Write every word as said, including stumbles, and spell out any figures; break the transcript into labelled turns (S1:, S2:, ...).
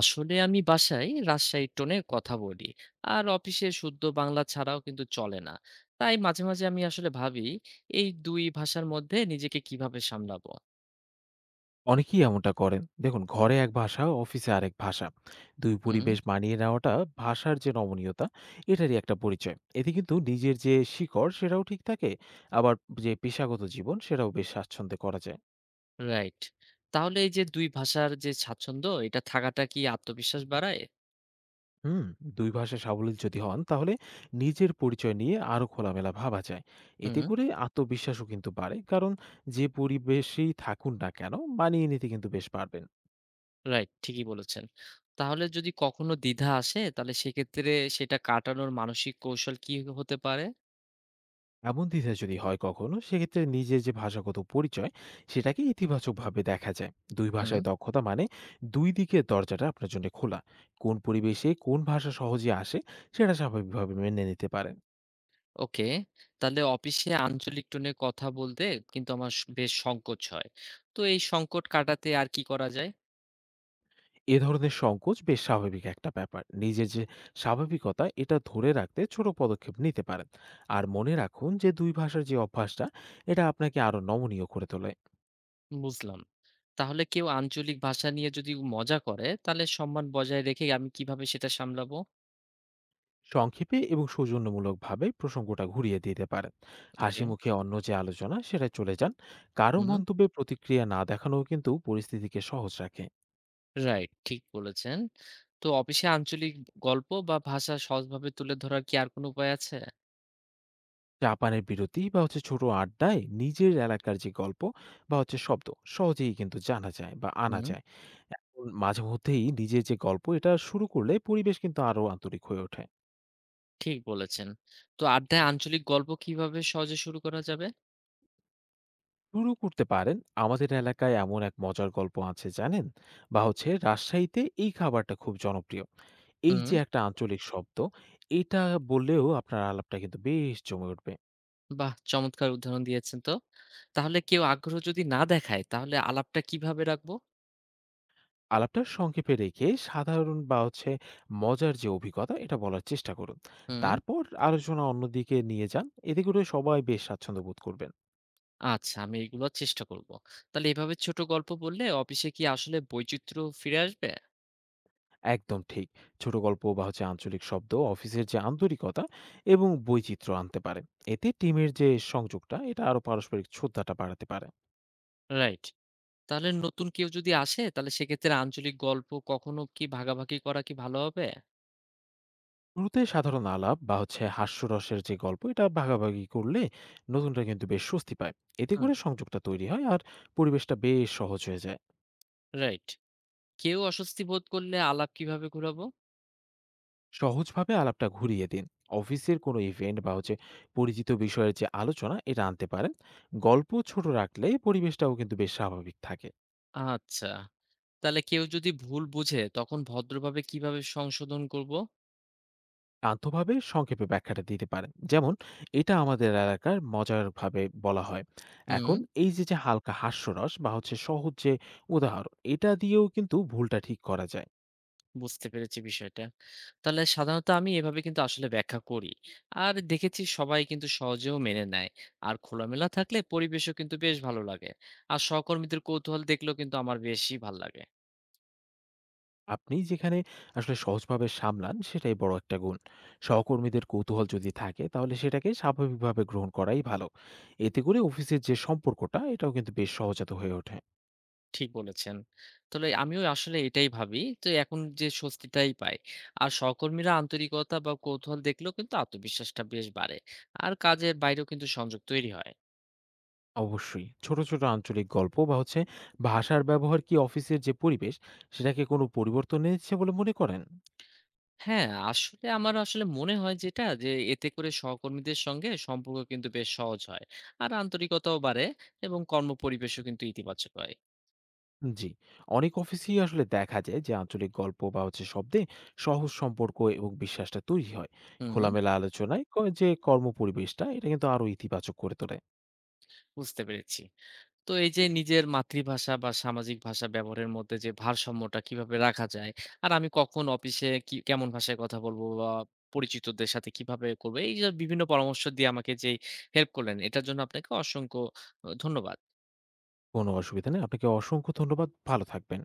S1: আসলে আমি বাসায় রাজশাহী টোনে কথা বলি। আর অফিসে শুদ্ধ বাংলা ছাড়াও কিন্তু চলে না। তাই মাঝে মাঝে আমি আসলে ভাবি, এই দুই ভাষার মধ্যে নিজেকে কিভাবে সামলাবো।
S2: অনেকেই এমনটা করেন। দেখুন ঘরে এক ভাষা, অফিসে আরেক ভাষা। দুই
S1: হুম।
S2: পরিবেশ মানিয়ে নেওয়াটা ভাষার যে নমনীয়তা, এটারই একটা পরিচয়। এতে কিন্তু নিজের যে শিকড়, সেটাও ঠিক থাকে। আবার যে পেশাগত জীবন, সেটাও বেশ স্বাচ্ছন্দ্যে করা যায়।
S1: রাইট। তাহলে এই যে দুই ভাষার যে স্বাচ্ছন্দ্য, এটা থাকাটা কি আত্মবিশ্বাস বাড়ায়?
S2: হুম, দুই ভাষায় সাবলীল যদি হন, তাহলে নিজের পরিচয় নিয়ে আরো খোলামেলা ভাবা যায়। এতে
S1: হুম।
S2: করে আত্মবিশ্বাসও কিন্তু বাড়ে। কারণ যে পরিবেশেই থাকুন না কেন, মানিয়ে নিতে কিন্তু বেশ পারবেন।
S1: রাইট, ঠিকই বলেছেন। তাহলে যদি কখনো দ্বিধা আসে তাহলে সেক্ষেত্রে সেটা কাটানোর মানসিক কৌশল কি হতে পারে?
S2: এমন দ্বিধা যদি হয় কখনো সেক্ষেত্রে নিজের যে ভাষাগত পরিচয় সেটাকে ইতিবাচকভাবে দেখা যায়। দুই
S1: হুম।
S2: ভাষায় দক্ষতা মানে দুই দিকের দরজাটা আপনার জন্য খোলা। কোন পরিবেশে কোন ভাষা সহজে আসে সেটা স্বাভাবিকভাবে মেনে নিতে পারেন।
S1: ওকে। তাহলে অফিসে আঞ্চলিক টোনে কথা বলতে কিন্তু আমার স বেশ সংকোচ হয়। তো এই সংকট কাটাতে আর কি করা যায়?
S2: এ ধরনের সংকোচ বেশ স্বাভাবিক একটা ব্যাপার। নিজের যে স্বাভাবিকতা এটা ধরে রাখতে ছোট পদক্ষেপ নিতে পারেন। আর মনে রাখুন যে দুই ভাষার যে অভ্যাসটা এটা আপনাকে আরো নমনীয় করে তোলে।
S1: বুঝলাম। তাহলে কেউ আঞ্চলিক ভাষা নিয়ে যদি মজা করে তাহলে সম্মান বজায় রেখে আমি কিভাবে সেটা সামলাবো?
S2: সংক্ষেপে এবং সৌজন্যমূলকভাবে প্রসঙ্গটা ঘুরিয়ে দিতে পারেন। হাসি
S1: ওকে।
S2: মুখে অন্য যে আলোচনা সেটায় চলে যান। কারো
S1: হুম।
S2: মন্তব্যে প্রতিক্রিয়া না দেখানোও কিন্তু পরিস্থিতিকে সহজ রাখে।
S1: রাইট, ঠিক বলেছেন। তো অফিসে আঞ্চলিক গল্প বা ভাষা সহজভাবে তুলে ধরার কি আর কোনো উপায় আছে?
S2: জাপানের বিরতি বা হচ্ছে ছোট আড্ডায় নিজের এলাকার যে গল্প বা হচ্ছে শব্দ সহজেই কিন্তু জানা যায় বা আনা
S1: হুম,
S2: যায়। এখন মাঝে মধ্যেই নিজের যে গল্প এটা শুরু করলে পরিবেশ কিন্তু আরো আন্তরিক হয়ে ওঠে।
S1: ঠিক বলেছেন। তো আড্ডায় আঞ্চলিক গল্প কিভাবে সহজে শুরু করা যাবে?
S2: শুরু করতে পারেন আমাদের এলাকায় এমন এক মজার গল্প আছে জানেন, বা হচ্ছে রাজশাহীতে এই খাবারটা খুব জনপ্রিয়। এই
S1: হুম।
S2: যে একটা আঞ্চলিক শব্দ, এটা বললেও আপনার আলাপটা কিন্তু বেশ জমে উঠবে।
S1: বাহ! চমৎকার উদাহরণ দিয়েছেন তো। তাহলে কেউ আগ্রহ যদি না দেখায় তাহলে আলাপটা কিভাবে রাখবো?
S2: আলাপটা সংক্ষেপে রেখে সাধারণ বা হচ্ছে মজার যে অভিজ্ঞতা, এটা বলার চেষ্টা করুন।
S1: হুম।
S2: তারপর আলোচনা অন্যদিকে নিয়ে যান। এতে করে সবাই বেশ স্বাচ্ছন্দ্য বোধ করবেন।
S1: আচ্ছা, আমি এগুলো চেষ্টা করব। তাহলে এভাবে ছোট গল্প বললে অফিসে কি আসলে বৈচিত্র্য ফিরে আসবে?
S2: একদম ঠিক। ছোট গল্প বা হচ্ছে আঞ্চলিক শব্দ অফিসের যে আন্তরিকতা এবং বৈচিত্র্য আনতে পারে। এতে টিমের যে সংযোগটা, এটা আরো পারস্পরিক শ্রদ্ধাটা বাড়াতে পারে।
S1: রাইট। তাহলে নতুন কেউ যদি আসে তাহলে সেক্ষেত্রে আঞ্চলিক গল্প কখনো কি ভাগাভাগি করা কি ভালো হবে?
S2: শুরুতে সাধারণ আলাপ বা হচ্ছে হাস্যরসের যে গল্প এটা ভাগাভাগি করলে নতুনরা কিন্তু বেশ স্বস্তি পায়। এতে
S1: হুম।
S2: করে সংযোগটা তৈরি হয় আর পরিবেশটা বেশ সহজ হয়ে যায়।
S1: রাইট। কেউ অস্বস্তি বোধ করলে আলাপ কিভাবে ঘুরাবো?
S2: সহজভাবে আলাপটা ঘুরিয়ে দিন। অফিসের কোনো ইভেন্ট বা হচ্ছে পরিচিত বিষয়ের যে আলোচনা এটা আনতে পারেন। গল্প ছোট রাখলে পরিবেশটাও কিন্তু বেশ স্বাভাবিক থাকে।
S1: আচ্ছা। তাহলে কেউ যদি ভুল বুঝে তখন ভদ্রভাবে কিভাবে সংশোধন করব?
S2: আন্তভাবে সংক্ষেপে ব্যাখ্যাটা দিতে পারেন, যেমন এটা আমাদের এলাকার মজার ভাবে বলা হয়।
S1: হুম।
S2: এখন এই যে যে হালকা হাস্যরস বা হচ্ছে সহজ যে উদাহরণ এটা দিয়েও কিন্তু ভুলটা ঠিক করা যায়।
S1: বুঝতে পেরেছি বিষয়টা। তাহলে সাধারণত আমি এভাবে কিন্তু আসলে ব্যাখ্যা করি। আর দেখেছি সবাই কিন্তু সহজেও মেনে নেয়। আর খোলামেলা থাকলে পরিবেশও কিন্তু বেশ ভালো লাগে। আর সহকর্মীদের কৌতূহল দেখলেও কিন্তু আমার বেশি ভাল লাগে।
S2: আপনি যেখানে আসলে সহজভাবে সামলান সেটাই বড় একটা গুণ। সহকর্মীদের কৌতূহল যদি থাকে তাহলে সেটাকে স্বাভাবিকভাবে গ্রহণ করাই ভালো। এতে করে অফিসের যে সম্পর্কটা এটাও কিন্তু বেশ সহজাত হয়ে ওঠে।
S1: ঠিক বলেছেন। তাহলে আমিও আসলে এটাই ভাবি। তো এখন যে স্বস্তিটাই পাই। আর সহকর্মীরা আন্তরিকতা বা কৌতূহল দেখলেও কিন্তু আত্মবিশ্বাসটা বেশ বাড়ে। আর কাজের বাইরেও কিন্তু সংযোগ তৈরি হয়।
S2: অবশ্যই। ছোট, ছোট আঞ্চলিক গল্প বা হচ্ছে ভাষার ব্যবহার কি অফিসের যে পরিবেশ সেটাকে কোনো পরিবর্তন এনেছে বলে মনে করেন?
S1: হ্যাঁ, আসলে আমার আসলে মনে হয় যেটা যে এতে করে সহকর্মীদের সঙ্গে সম্পর্ক কিন্তু বেশ সহজ হয়, আর আন্তরিকতাও বাড়ে এবং কর্মপরিবেশও কিন্তু ইতিবাচক হয়।
S2: জি, অনেক অফিসেই আসলে দেখা যায় যে আঞ্চলিক গল্প বা হচ্ছে শব্দে সহজ সম্পর্ক এবং বিশ্বাসটা তৈরি হয়।
S1: হুম।
S2: খোলামেলা আলোচনায় ক যে কর্মপরিবেশটা এটা কিন্তু আরো ইতিবাচক করে তোলে।
S1: বুঝতে পেরেছি। তো এই যে নিজের মাতৃভাষা বা সামাজিক ভাষা ব্যবহারের মধ্যে যে ভারসাম্যটা কিভাবে রাখা যায়, আর আমি কখন অফিসে কি কেমন ভাষায় কথা বলবো বা পরিচিতদের সাথে কিভাবে করবো, এই যে বিভিন্ন পরামর্শ দিয়ে আমাকে যে হেল্প করলেন এটার জন্য আপনাকে অসংখ্য আহ, ধন্যবাদ।
S2: কোনো অসুবিধা নেই। আপনাকে অসংখ্য ধন্যবাদ। ভালো থাকবেন।